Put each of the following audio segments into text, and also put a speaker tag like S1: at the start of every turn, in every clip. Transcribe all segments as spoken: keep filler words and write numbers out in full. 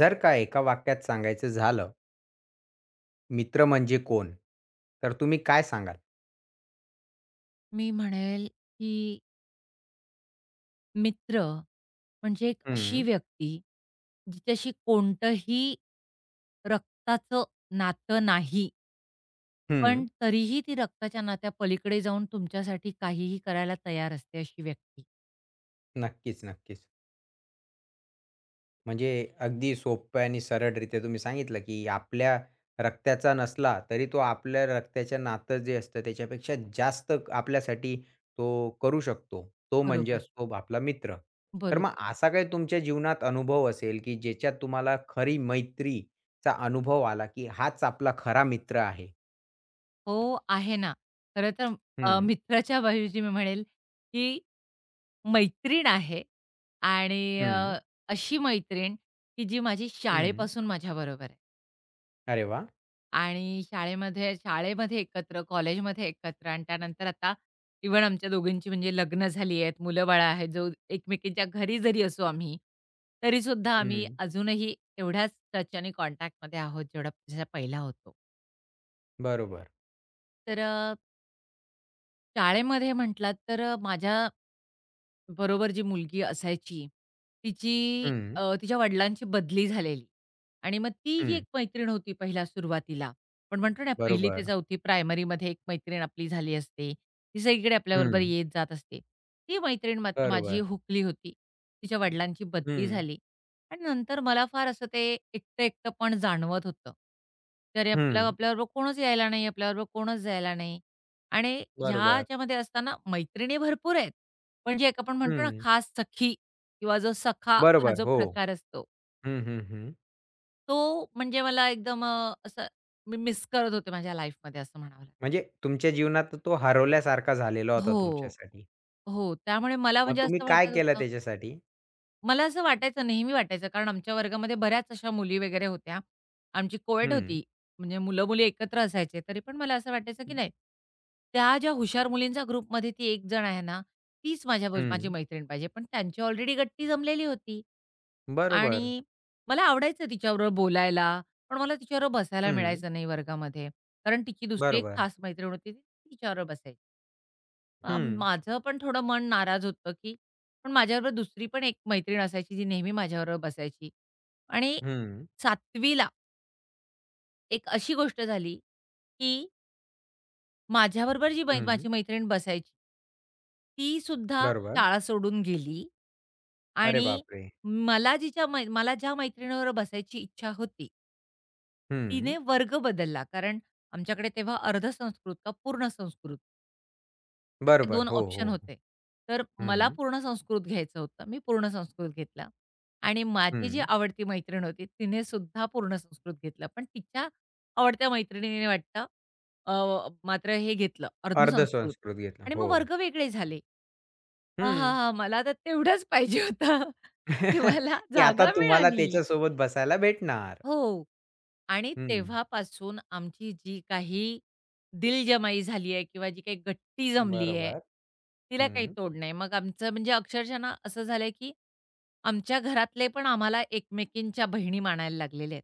S1: जर का एका वाक्यात सांगायचं झालं, मित्र म्हणजे कोण? तर तुम्ही काय सांगाल?
S2: मी म्हणेल, की मित्र म्हणजे एक अशी
S1: हं.
S2: व्यक्ती, जिच्याशी कोणतंही रक्ताचं नातं नाही. पण
S1: हं.
S2: तरीही ती रक्ताच्या नात्यापलीकडे जाऊन तुमच्यासाठी काहीही करायला तयार असते अशी व्यक्ती.
S1: नक्कीच, नक्कीच. म्हणजे अगदी सोप्या आणि सरळरित्या तुम्ही सांगितलं, की आपल्या रक्ताचा नसला, तरी तो आपल्या रक्ताचं नातं जे असतं, त्याच्यापेक्षा जास्त क- आपल्यासाठी तो करू शकतो. तो म्हणजे
S2: बरोबर,
S1: असतो आपला मित्र. तर मग
S2: बरोबर.
S1: असा काही तुमच्या जीवनात अनुभव असेल, की ज्याच्यात तुम्हाला खरी मैत्रीचा अनुभव आला, की हाच आपला खरा मित्र आहे?
S2: हो, आहे ना. खरं तर अ,
S1: हं,
S2: मित्राच्या ऐवजी मी म्हणेल, की मैत्रीण आहे आणि
S1: हं,
S2: अ, अशी मैत्रीण, की जी माझी
S1: हं.
S2: शाळेपासून माझ्याबरोबर आहे.
S1: अरे वा.
S2: आणि शाळेमध्ये शाळेमध्ये एकत्र, कॉलेजमध्ये एकत्र आणि त्यानंतर आता इव्हन आमच्या दोघींची म्हणजे लग्न झाली आहेत, मुलं-बाळं आहेत. जो एकमेकींच्या घरी जरी असू आम्ही, तरीसुद्धा आम्ही
S1: हं.
S2: अजूनही एवढ्याच टच आणि कॉन्टॅक्टमध्ये आहोत, जेवढा जसा पहिला होतो.
S1: बरोबर.
S2: तर अ, शाळेमध्ये म्हटलात तर अ, माझ्या बरोबर जी मुलगी असायची, तिची
S1: हं,
S2: अ, तिच्या वडिलांची बदली झालेली आणि मग ती जी एक
S1: हं.
S2: मैत्रीण होती पहिला सुरुवातीला, आपण म्हणतो ना पहिली ते
S1: बरोबर.
S2: चौथी प्रायमरीमध्ये एक मैत्रीण आपली झाली असते. ती सगळीकडे आपल्याबरोबर
S1: हं.
S2: येत जात असते. ती मैत्रीण मात्र माझी
S1: बरोबर.
S2: हुकली होती. तिच्या वडिलांची बदली
S1: हं,
S2: झाली आणि नंतर मला फार असं ते एकटं-एकटंपण जाणवत होतं. तर
S1: हं.
S2: आपल्या आपल्याबरोबर कोणच यायला नाही, आपल्याबरोबर कोणच जायला नाही आणि
S1: बरोबर.
S2: ह्याच्यामध्ये असताना मैत्रिणी भरपूर आहेत. म्हणजे एक आपण म्हणतो ना,
S1: हं.
S2: खास सखी किंवा जो सखा हा
S1: बरोबर.
S2: जो
S1: हो.
S2: प्रकार असतो,
S1: हं, हं, हं.
S2: तो म्हणजे मला एकदम अ, असं मी मिस करत होते माझ्या लाईफमध्ये असं म्हणावं लागेल.
S1: म्हणजे तुमच्या जीवनात तो हरवल्यासारखा झालेला होता
S2: हो.
S1: तुमच्यासाठी.
S2: हो, त्यामुळे मला
S1: मग
S2: म्हणजे
S1: तुम्ही
S2: असं
S1: काय
S2: वाटत
S1: केलं
S2: होतं
S1: त्याच्यासाठी?
S2: मला असं वाटायचं, नेहमी वाटायचं कारण आमच्या वर्गामध्ये बऱ्याच अशा मुली वगैरे होत्या. आमची कोएट
S1: हं,
S2: होती, म्हणजे मुलं-मुली एकत्र असायचे. तरी पण मला असं वाटायचं, की नाही, त्या ज्या हुशार मुलींच्या ग्रुपमध्ये ती एक जण आहे ना, तीच माझ्या बरो माझी
S1: हं.
S2: मैत्रीण पाहिजे. पण त्यांची ऑलरेडी गट्टी जमलेली होती
S1: बरोबर.
S2: आणि मला आवडायचं तिच्याबरोबर बोलायला, पण मला तिच्याबरोबर बसायला
S1: हं.
S2: मिळायचं नाही वर्गामध्ये. कारण तिची दुसरी एक
S1: बरोबर.
S2: खास मैत्रीण होती, ती तिच्याबरोबर बसायची. अ,
S1: हं,
S2: माझं पण थोडं मन नाराज होतं, की पण माझ्याबरोबर दुसरी पण एक मैत्रीण असायची, जी नेहमी माझ्याबरोबर बसायची. आणि
S1: हं,
S2: सातवी एक अशी गोष्ट झाली, की माझ्याबरोबर जी मै
S1: हं.
S2: माझी मैत्रीण बसायची, ती सुद्धा
S1: बरोबर.
S2: शाळा सोडून गेली.
S1: अरे
S2: आणि
S1: बापरे!
S2: मला जिच्या मै मला ज्या मैत्रिणीबरोबर बसायची इच्छा होती, तिने
S1: हं.
S2: वर्ग बदलला. कारण आमच्याकडे तेव्हा अर्ध संस्कृत का पूर्ण संस्कृत. असे
S1: बरोबर.
S2: दोन
S1: हो,
S2: ऑप्शन
S1: हो.
S2: होते. तर मला
S1: हं,
S2: पूर्ण संस्कृत घ्यायचं होतं. मी पूर्ण संस्कृत घेतला आणि माझी जी
S1: हं.
S2: आवडती मैत्रीण होती, तिने सुद्धा पूर्ण संस्कृत घेतलं. पण तिच्या आवडत्या मैत्रिणीने वाटतं अ, मात्र हे घेतलं अर्ध
S1: अर्ध
S2: संस्कृत
S1: संस्कृत घेतला.
S2: आणि
S1: हो.
S2: मग वर्ग वेगळे झाले.
S1: हं.
S2: आहाहा! मला तर तेवढंच पाहिजे होतं, की मला
S1: की आता
S2: जागा
S1: तुम्हाला
S2: मिळाली.
S1: त्याच्यासोबत बसायला भेटणार.
S2: हो. आणि
S1: हं.
S2: तेव्हापासून आमची जी काही दिलजमाई झाली आहे किंवा जी काही गट्टी जमली आहे,
S1: बरोबर.
S2: तिला काही
S1: हं.
S2: तोड नाही. मग आमचं म्हणजे अक्षरशः ना असं झालंय, की आमच्या घरातले पण आम्हाला एकमेकींच्या बहिणी मानायला लागलेले आहेत.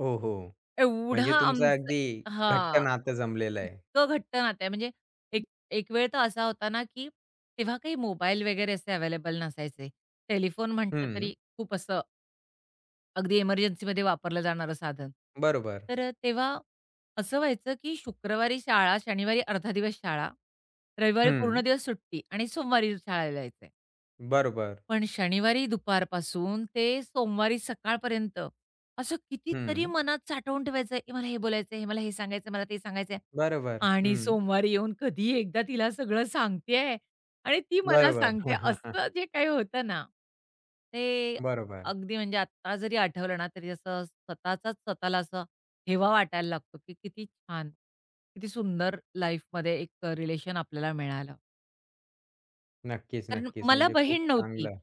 S1: हो, हो.
S2: एवढं
S1: म्हणजे तुमचं
S2: आमचं
S1: अगदी घट्ट
S2: हां.
S1: नातं जमलेलं आहे.
S2: इतकं घट्ट नातं आहे. म्हणजे एक एक वेळ तर असा होता ना, की तेव्हा काही मोबाईल वगैरे असे अवेलेबल नसायचे. टेलिफोन म्हटलं
S1: हं.
S2: तरी खूप असं अगदी इमर्जन्सीमध्ये वापरलं जाणारं साधन.
S1: बरोबर.
S2: तर अ, तेव्हा असं व्हायचं, की शुक्रवारी शाळा, शनिवारी अर्धा दिवस शाळा, रविवारी पूर्ण
S1: हं.
S2: दिवस सुट्टी आणि सोमवारी शाळेला यायचं.
S1: बरोबर.
S2: पण शनिवारी दुपारपासून ते सोमवारी सकाळपर्यंत असं कितीतरी
S1: हं.
S2: मनात साठवून ठेवायचंय, "ए, मला हे बोलायचंय, हे मला हे सांगायचंय, मला ते सांगायचंय."
S1: बरोबर.
S2: आणि
S1: हं.
S2: सोमवारी येऊन कधी एकदा तिला सगळं सांगतेय आणि ती मला
S1: बरोबर.
S2: सांगते. असं जे काही होतं ना, ते
S1: बरोबर.
S2: अगदी म्हणजे आत्ता जरी आठवलं ना, तरी असं स्वतःचाच स्वतःला असं हेवा वाटायला लागतो, की किती छान, किती सुंदर लाईफमध्ये एक रिलेशन आपल्याला मिळालं.
S1: नक्कीच,
S2: कारण
S1: नक्कीच.
S2: मला
S1: म्हणजे खूप
S2: बहीण नव्हती.
S1: चांगलं.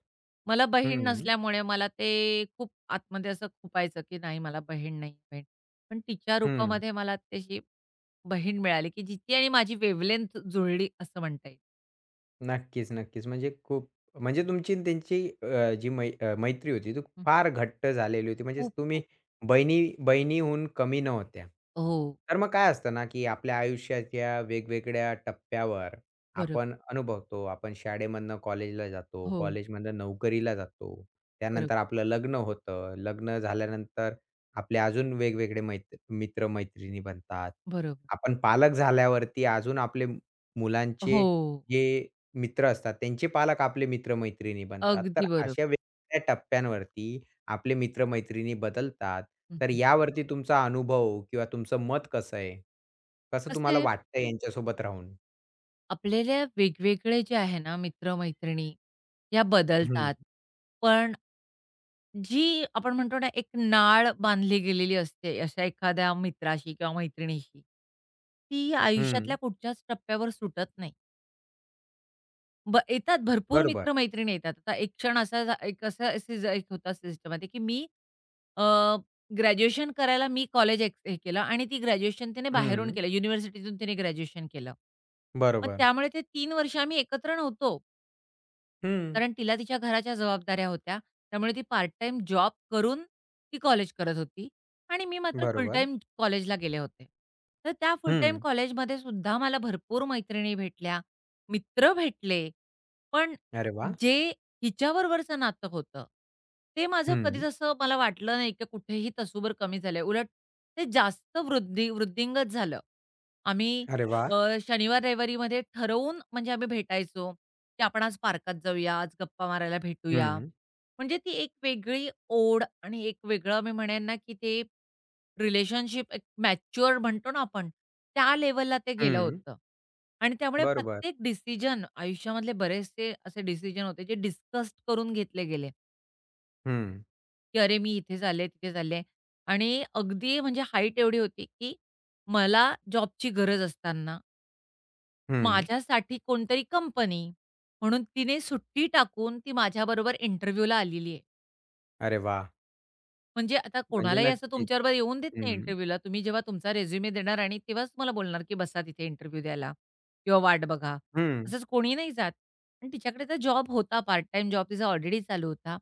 S2: मला बहीण
S1: हं.
S2: नसल्यामुळे मला ते खूप आतमध्ये असं खुपायचं, की नाही मला बहीण नाही, बहीण. पण तिच्या
S1: हं.
S2: रूपामध्ये मला तशी बहीण मिळाली, की जिची आणि माझी वेव्हलेंथ जुळली असं म्हणता येईल.
S1: नक्कीच, नक्कीच. म्हणजे खूप. म्हणजे तुमची आणि त्यांची अ, जी मै अ, मैत्री होती ती
S2: हं.
S1: फार घट्ट झालेली होती. म्हणजेच
S2: खूप,
S1: तुम्ही
S2: खूप.
S1: बहिणी बहिणीहून कमी नव्हत्या.
S2: हो.
S1: तर मग काय असतं ना, की आपल्या आयुष्याच्या वेगवेगळ्या टप्प्यावर आपण
S2: बरोबर.
S1: अनुभवतो. आपण शाळेमधनं कॉलेजला जातो,
S2: हो.
S1: कॉलेजमधनं नोकरीला जातो. त्यानंतर
S2: बरोबर.
S1: आपलं लग्न होतं. लग्न झाल्यानंतर आपले अजून वेगवेगळे मैत्र मित्र-मैत्रिणी बनतात.
S2: बरोबर.
S1: आपण पालक झाल्यावरती अजून आपले मुलांचे
S2: हो.
S1: जे मित्र असतात. त्यांचे पालक आपले मित्र बनतात. तर
S2: अगदी
S1: अशा
S2: बरोबर.
S1: वेगवेगळ्या टप्प्यांवरती आपले मित्र बदलतात. तर यावरती तुमचा अनुभव किंवा तुमचं मत कसं आहे? कसं
S2: कसं
S1: तुम्हाला
S2: आहे,
S1: वाटतंय यांच्यासोबत राहून?
S2: आपल्याला वेगवेगळे जे आहे ना मित्र-मैत्रिणी, या
S1: हं,
S2: बदलतात. पण जी आपण म्हणतो ना, एक नाळ बांधली गेलेली असते अशा एखाद्या मित्राशी किंवा मैत्रिणीशी. ती
S1: हं.
S2: आयुष्यातल्या कुठच्याच टप्प्यावर सुटत नाही. ब येतात भरपूर
S1: बरोबर.
S2: मित्र-मैत्रिणी येतात. आता एक क्षण असा झा एक असा सीज एक होता सिस्टमॅटिक की मी अ, ग्रॅज्युएशन करायला मी कॉलेज एक हे केलं आणि ती ग्रॅज्युएशन तिने बाहेरून
S1: हं.
S2: केलं. युनिव्हर्सिटीतून तिने ग्रॅज्युएशन केलं. मग
S1: बरोबर.
S2: त्यामुळे ते तीन वर्ष आम्ही एकत्र नव्हतो.
S1: हं.
S2: कारण तिला तिच्या घराच्या जबाबदाऱ्या होत्या. त्यामुळे ती पार्ट टाइम जॉब करून ती कॉलेज करत होती आणि मी मात्र फुल
S1: बरोबर.
S2: टाईम कॉलेजला गेले होते. तर त्या फुल टाईम
S1: हं.
S2: कॉलेजमध्ये सुद्धा मला भरपूर मैत्रिणी भेटल्या, मित्र भेटले. पण
S1: अरे वाह!
S2: जे हिच्याबरोबरचं नातं होतं, ते माझं कधीच
S1: हं.
S2: असं मला वाटलं नाही, की कुठेही तसूभर कमी झालंय. उलट ते जास्त वृद्धी वृद्धिंगत झालं. आम्ही
S1: अरे वाह!
S2: अ, शनिवार-रविवारीमध्ये ठरवून म्हणजे आम्ही भेटायचो, की आपण आज पार्कात जाऊया, आज गप्पा मारायला भेटूया.
S1: हं.
S2: म्हणजे ती एक वेगळी ओढ आणि एक वेगळं मी म्हणेन ना, की ते रिलेशनशिप एक मॅच्युअर म्हणतो ना आपण, त्या लेव्हलला ते गेलं
S1: हं.
S2: होतं. आणि त्यामुळे
S1: बरोबर.
S2: प्रत्येक डिसिजन आयुष्यामधले बरेचसे असे डिसिजन होते जे डिस्कस्ड करून घेतले गेले,
S1: हं.
S2: की "अरे, मी इथे चालले, तिथे चालले." आणि अगदी म्हणजे हाईट एवढी होती, की मला जॉबची गरज असताना
S1: हं.
S2: माझ्यासाठी कोणतरी कंपनी म्हणून तिने सुट्टी टाकून ती माझ्याबरोबर इंटरव्ह्यूला आलेली आहे.
S1: अरे वाह!
S2: म्हणजे आता
S1: म्हणजे
S2: कोणालाही असं
S1: नक्कीच.
S2: तुमच्याबरोबर येऊन देत नाही
S1: हं.
S2: इंटरव्ह्यूला. तुम्ही जेव्हा तुमचा रिझ्यूमे देणार आणि तेव्हाच तुम्हाला बोलणार, की बसा तिथे इंटरव्ह्यू द्यायला किंवा वाट बघा.
S1: हं.
S2: असंच कोणी नाही जात. आणि तिच्याकडे तर जॉब होता, पार्ट टाईम जॉब तिचा ऑलरेडी चालू होता.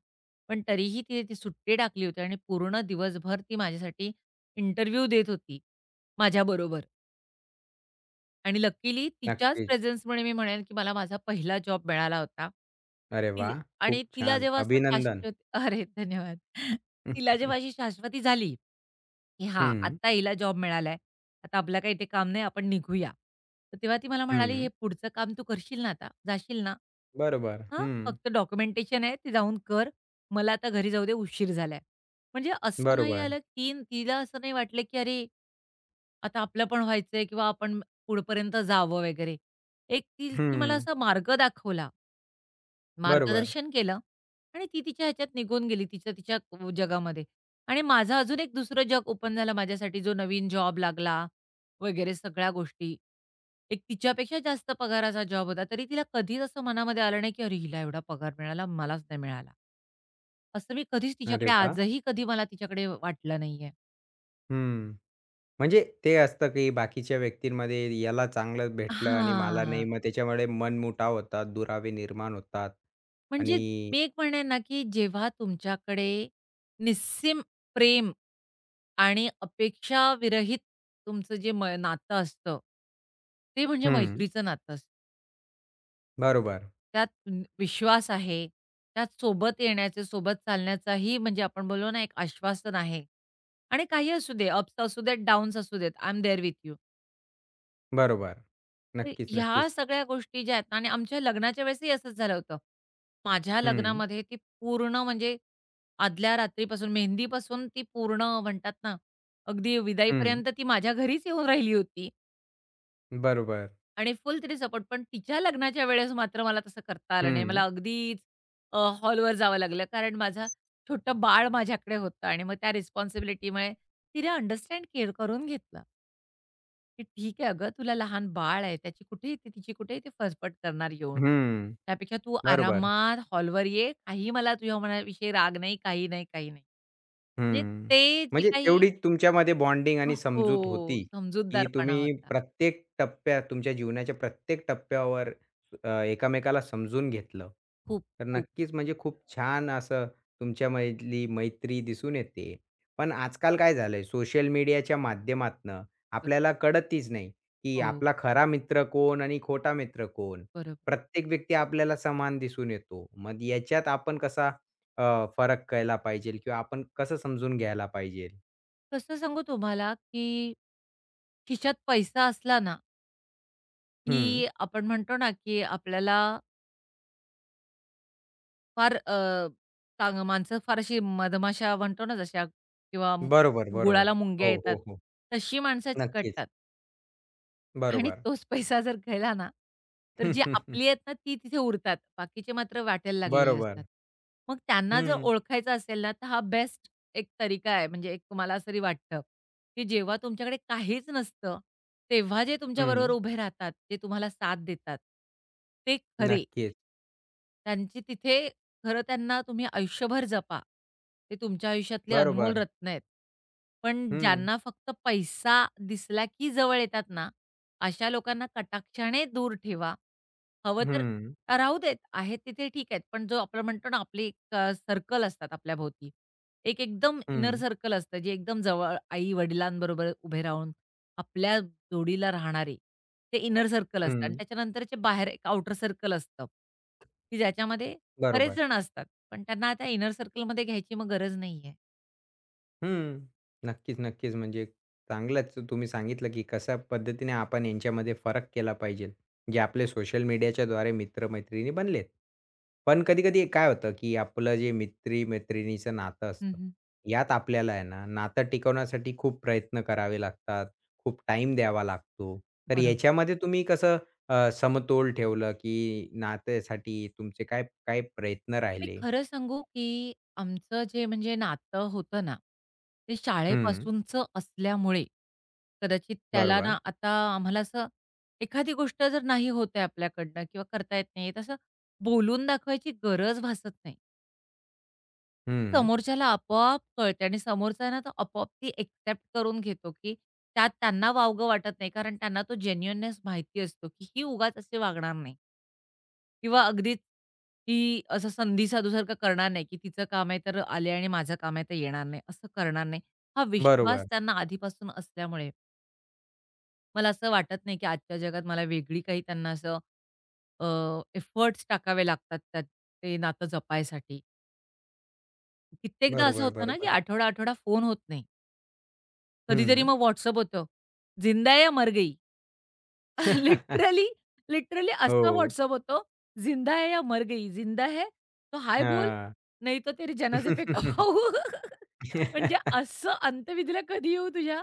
S2: पण तरीही तिने ती सुट्टी टाकली होती आणि पूर्ण दिवसभर ती माझ्यासाठी इंटरव्ह्यू देत होती माझ्याबरोबर. आणि लकीली तिच्याच
S1: नक्कीच.
S2: प्रेझेन्समुळे मी म्हणेन, की मला माझा पहिला जॉब मिळाला होता.
S1: अरे
S2: ती
S1: वाह!
S2: आणि
S1: खूप
S2: तिला
S1: छान.
S2: जेव्हा असं
S1: अभिनंदन.
S2: शाश्वत अरे धन्यवाद.
S1: हं,
S2: तिला जेव्हा अशी शाश्वती झाली, की हां,
S1: हं,
S2: आता हिला जॉब मिळालाय. आता आपलं काही इथे काम नाही, आपण निघूया. तर तेव्हा ती मला म्हणाली, "हे
S1: हं.
S2: पुढचं काम तू करशील ना आता? जाशील ना?"
S1: बरोबर.
S2: "हां,
S1: हं.
S2: फक्त डॉक्युमेंटेशन आहे, ते जाऊन कर. मला आता घरी जाऊ दे, उशीर झालाय." म्हणजे असं नाही
S1: बरोबर.
S2: आलं, की तिला असं नाही वाटलं, की अरे, आता आपलं पण व्हायचंय किंवा आपण पुढपर्यंत जावं वगैरे. एक ती ती मला
S1: हं.
S2: असा मार्ग दाखवला,
S1: बरोबर.
S2: मार्गदर्शन केलं आणि ती तिच्या ह्याच्यात निघून गेली तिच्या तिच्या अ, जगामध्ये आणि माझं अजून एक दुसरं जग ओपन झालं माझ्यासाठी जो नवीन जॉब लागला वगैरे सगळ्या गोष्टी. एक तिच्यापेक्षा जास्त पगाराचा जॉब होता, तरी तिला कधीच असं मनामध्ये आलं नाही, की "अरे, हिला एवढा पगार मिळाला, मलाच नाही मिळाला." असं मी कधीच
S1: अरे
S2: तिच्याकडे
S1: वाह!
S2: आजही कधी मला तिच्याकडे वाटलं नाहीये.
S1: हं. म्हणजे ते असतं, की बाकीच्या व्यक्तींमध्ये याला चांगलं भेटलं आणि मला
S2: हां.
S1: नाही, मग त्याच्यामुळे मनमुटाव होतात, दुरावे निर्माण होतात
S2: म्हणजे
S1: आणि.
S2: मी एक म्हणेन ना, की जेव्हा तुमच्याकडे निस्सीम प्रेम आणि अपेक्षाविरहित तुमचं जे म नातं असतं, ते म्हणजे
S1: हं.
S2: मैत्रीचं नातं असतं.
S1: बरोबर,
S2: त्यात न- विश्वास आहे, त्यात सोबत येण्याचे, सोबत चालण्याचाही म्हणजे आपण बोललो ना, एक आश्वासन आहे आणि काही असू दे, अप्स असू देत, डाउन्स असू देत, I am there with you.
S1: बरोबर.
S2: तर
S1: नक्कीच,
S2: ह्या
S1: नक्कीच.
S2: सगळ्या गोष्टी ज्या आहेत ना आणि आमच्या लग्नाच्या वेळेसही असंच झालं होतं. माझ्या
S1: हं,
S2: लग्नामध्ये ती पूर्ण म्हणजे आदल्या रात्रीपासून मेहंदीपासून ती पूर्ण म्हणतात ना, अगदी
S1: हं.
S2: विदाईपर्यंत ती माझ्या घरीच येऊन राहिली होती
S1: बरोबर.
S2: आणि फुल तिने सपोर्ट. पण तिच्या लग्नाच्या वेळेस मात्र मला तसं करता आलं नाही.
S1: हं,
S2: मला अगदीच हॉलवर जावं लागलं कारण माझं छोटं बाळ माझ्याकडे होतं आणि मग त्या रिस्पॉन्सिबिलिटीमुळे तिने अंडरस्टँड केअर करून घेतलं. की "ठीक आहे अगं, तुला लहान बाळ आहे, त्याची कुठे ती तिची कुठे ती फसफट करणार येऊन.
S1: हं.
S2: त्यापेक्षा तू
S1: बरोबर.
S2: आरामात हॉलवर ये. काही मला तुझ्या मनाविषयी राग नाही, काही नाही, काही नाही." म्हणजे
S1: हं.
S2: ते जे
S1: म्हणजे
S2: काही
S1: तेवढी तुमच्यामध्ये बॉन्डिंग आणि
S2: हो,
S1: समजूत होती, की
S2: समजूतदारपणा
S1: तुम्ही
S2: होता.
S1: प्रत्येक टप्प्यात तुमच्या जीवनाच्या प्रत्येक टप्प्यावर अ, एकामेकाला समजून घेतलं.
S2: खूप,
S1: तर
S2: खूप.
S1: नक्कीच म्हणजे खूप छान असं तुमच्यामधली मैत्री दिसून येते. पण आजकाल काय झालंय सोशल मीडियाच्या माध्यमातनं
S2: बरं.
S1: आपल्याला कळतच नाही, की
S2: हो,
S1: आपला खरा मित्र कोण आणि खोटा मित्र कोण?
S2: बरोबर.
S1: प्रत्येक व्यक्ती आपल्याला समान दिसून येतो. मग याच्यात आपण कसा अ, फरक कळला पाहिजे किंवा आपण कसं समजून घ्यायला पाहिजे.
S2: कसं सांगू तुम्हाला, की खिशात पैसा असला ना,
S1: हं.
S2: की आपण म्हणतो ना, की आपल्याला फार अ, कांग माणसं फार अशी मधमाशा म्हणतो ना जशा किंवा
S1: बरोबर,
S2: गुळाला
S1: बरोबर.
S2: मुंग्या
S1: हो,
S2: येतात,
S1: हो, हो.
S2: तशी माणसं
S1: नक्कीच.
S2: चिकटतात आणि
S1: बरोबर.
S2: तोच पैसा जर गेला ना, तर जी आपली आहेत ना ती तिथे उरतात. बाकीचे मात्र वाटेल लागलेले
S1: बरोबर.
S2: असतात. मग
S1: हं,
S2: त्यांना जर
S1: हं.
S2: ओळखायचं असेल ना, तर हा बेस्ट एक तरीका आहे. म्हणजे एक मला असं तरी वाटतं, की जेव्हा तुमच्याकडे काहीच नसतं, तेव्हा जे तुमच्याबरोबर
S1: हं.
S2: उभे राहतात, जे तुम्हाला साथ देतात, ते खरे.
S1: नक्कीच.
S2: त्यांची तिथे खरं त्यांना तुम्ही आयुष्यभर जपा. ते तुमच्या आयुष्यातले अनमोल
S1: बरोबर.
S2: रत्न आहेत. पण
S1: हं.
S2: ज्यांना फक्त पैसा दिसला की जवळ येतात ना, अशा लोकांना कटाक्षाने दूर ठेवा. हवं तर
S1: हं,
S2: राहू देत, आहेत तिथे ठीक आहेत. पण जो आपण म्हणतो ना, आपले एक सर्कल असतात आपल्याभोवती. एक एकदम इनर
S1: हं,
S2: सर्कल असतं, जे एकदम जवळ आई-वडिलांबरोबर उभे राहून आपल्या जोडीला राहणारे, ते इनर सर्कल असतं आणि
S1: हं.
S2: त्याच्यानंतरचे बाहेर एक आउटर सर्कल असतं, की ज्याच्यामध्ये बरेच
S1: बरोबर.
S2: जण असतात. पण त्यांना आता इनर सर्कलमध्ये घ्यायची मग गरज नाहीये.
S1: हं. नक्कीच, नक्कीच. म्हणजे चांगलंच तुम्ही सांगितलं, की कशा पद्धतीने आपण यांच्यामध्ये फरक केला पाहिजे, जे आपले सोशल मीडियाच्याद्वारे मित्र-मैत्रिणी बनलेत. पण कधी-कधी काय होतं, की आपलं जे मित्री-मैत्रिणीचं नातं
S2: हं,
S1: असतं,
S2: हं.
S1: यात आपल्याला आहे ना, नातं टिकवण्यासाठी खूप प्रयत्न करावे लागतात, खूप टाईम द्यावा लागतो. तर
S2: बरोबर.
S1: याच्यामध्ये तुम्ही कसं अ, समतोल ठेवलं, की नात्यासाठी तुमचे काय काय प्रयत्न
S2: मी
S1: राहिले?
S2: खरं सांगू, की आमचं जे म्हणजे नातं होतं ना, ते
S1: हं.
S2: शाळेपासूनचं असल्यामुळे कदाचित त्याला
S1: बरोबर.
S2: ना आता आम्हाला असं एखादी गोष्ट जर नाही होत आपल्याकडनं किंवा करता येत नाही, तसं बोलून दाखवायची गरज भासत नाही.
S1: हं.
S2: समोरच्याला आपोआप कळते आणि समोरचा ना तो आपोआप ती एक्सेप्ट करून घेतो, की त्यात त्यांना वावगं वाटत नाही. कारण त्यांना तो जेन्युइननेस माहिती असतो, की ही उगाच अशी वागणार नाही किंवा अगदीच ही असं संधी साधूसारखं करणार नाही, की तिचं काम आहे तर आले आणि माझं काम आहे तर येणार नाही, असं करणार नाही. हा विश्वास
S1: बरोबर.
S2: त्यांना आधीपासून असल्यामुळे मला असं वाटत नाही, की आजच्या जगात मला वेगळी काही त्यांना असं एफर्ट्स टाकावे लागतात त्यात ते नातं जपायसाठी. कित्येकदा असं
S1: बरोबर,
S2: होतं ना, की
S1: बरोबर.
S2: आठवडा-आठवडा फोन होत नाही. कधीतरी
S1: हं.
S2: मग WhatsApp होतं, "जिंदा या मर गई?" लिटरली, लिटरली असा
S1: हो.
S2: WhatsApp होतो, "ज़िंदा है या मर गई? ज़िंदा है तो हाय बोल,
S1: हां.
S2: नहीं तो तेरे जनाजे पे कब आऊ?" म्हणजे असं अंतविधीला कधी येऊ तुझ्या?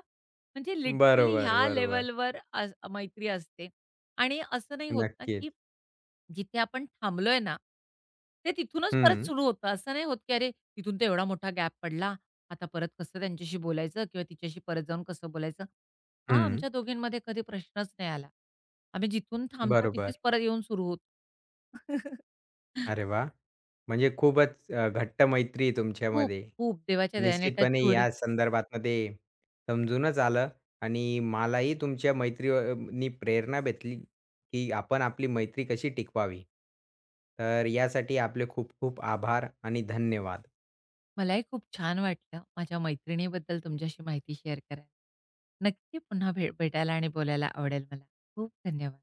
S2: म्हणजे लिटरली
S1: बरोबर,
S2: ह्या
S1: बरोबर.
S2: लेव्हलवर अस मैत्री असते. आणि असं नाही होत ना,
S1: नक्कीच.
S2: की जिथे आपण थांबलोय ना, ते तिथूनच परत
S1: हं,
S2: सुरू होतं. असं नाही होत, की अरे, तिथून तर एवढा मोठा गॅप पडला. आता परत कसं त्यांच्याशी बोलायचं किंवा तिच्याशी परत जाऊन कसं बोलायचं? हा
S1: हं.
S2: आमच्या दोघींमध्ये कधी प्रश्नच नाही आला. आम्ही जिथून थांबतो
S1: बरोबर.
S2: तिथेच परत येऊन सुरू होतो.
S1: अरे वाह! म्हणजे खूपच अ, घट्ट मैत्री आहे
S2: खूप,
S1: तुमच्यामध्ये.
S2: खूप देवाच्या दयाने
S1: निश्चितपणे
S2: टचवूड.
S1: या संदर्भातनं ते समजूनच आलं आणि मलाही तुमच्या मैत्री प्रेरणा भेटली, की आपण आपली मैत्री कशी टिकवावी. तर यासाठी आपले खूप खूप आभार आणि धन्यवाद.
S2: मलाही खूप छान वाटलं माझ्या मैत्रिणीबद्दल तुमच्याशी माहिती शेअर करायला. नक्की पुन्हा भे भेटायला आणि बोलायला आवडेल मला. खूप धन्यवाद.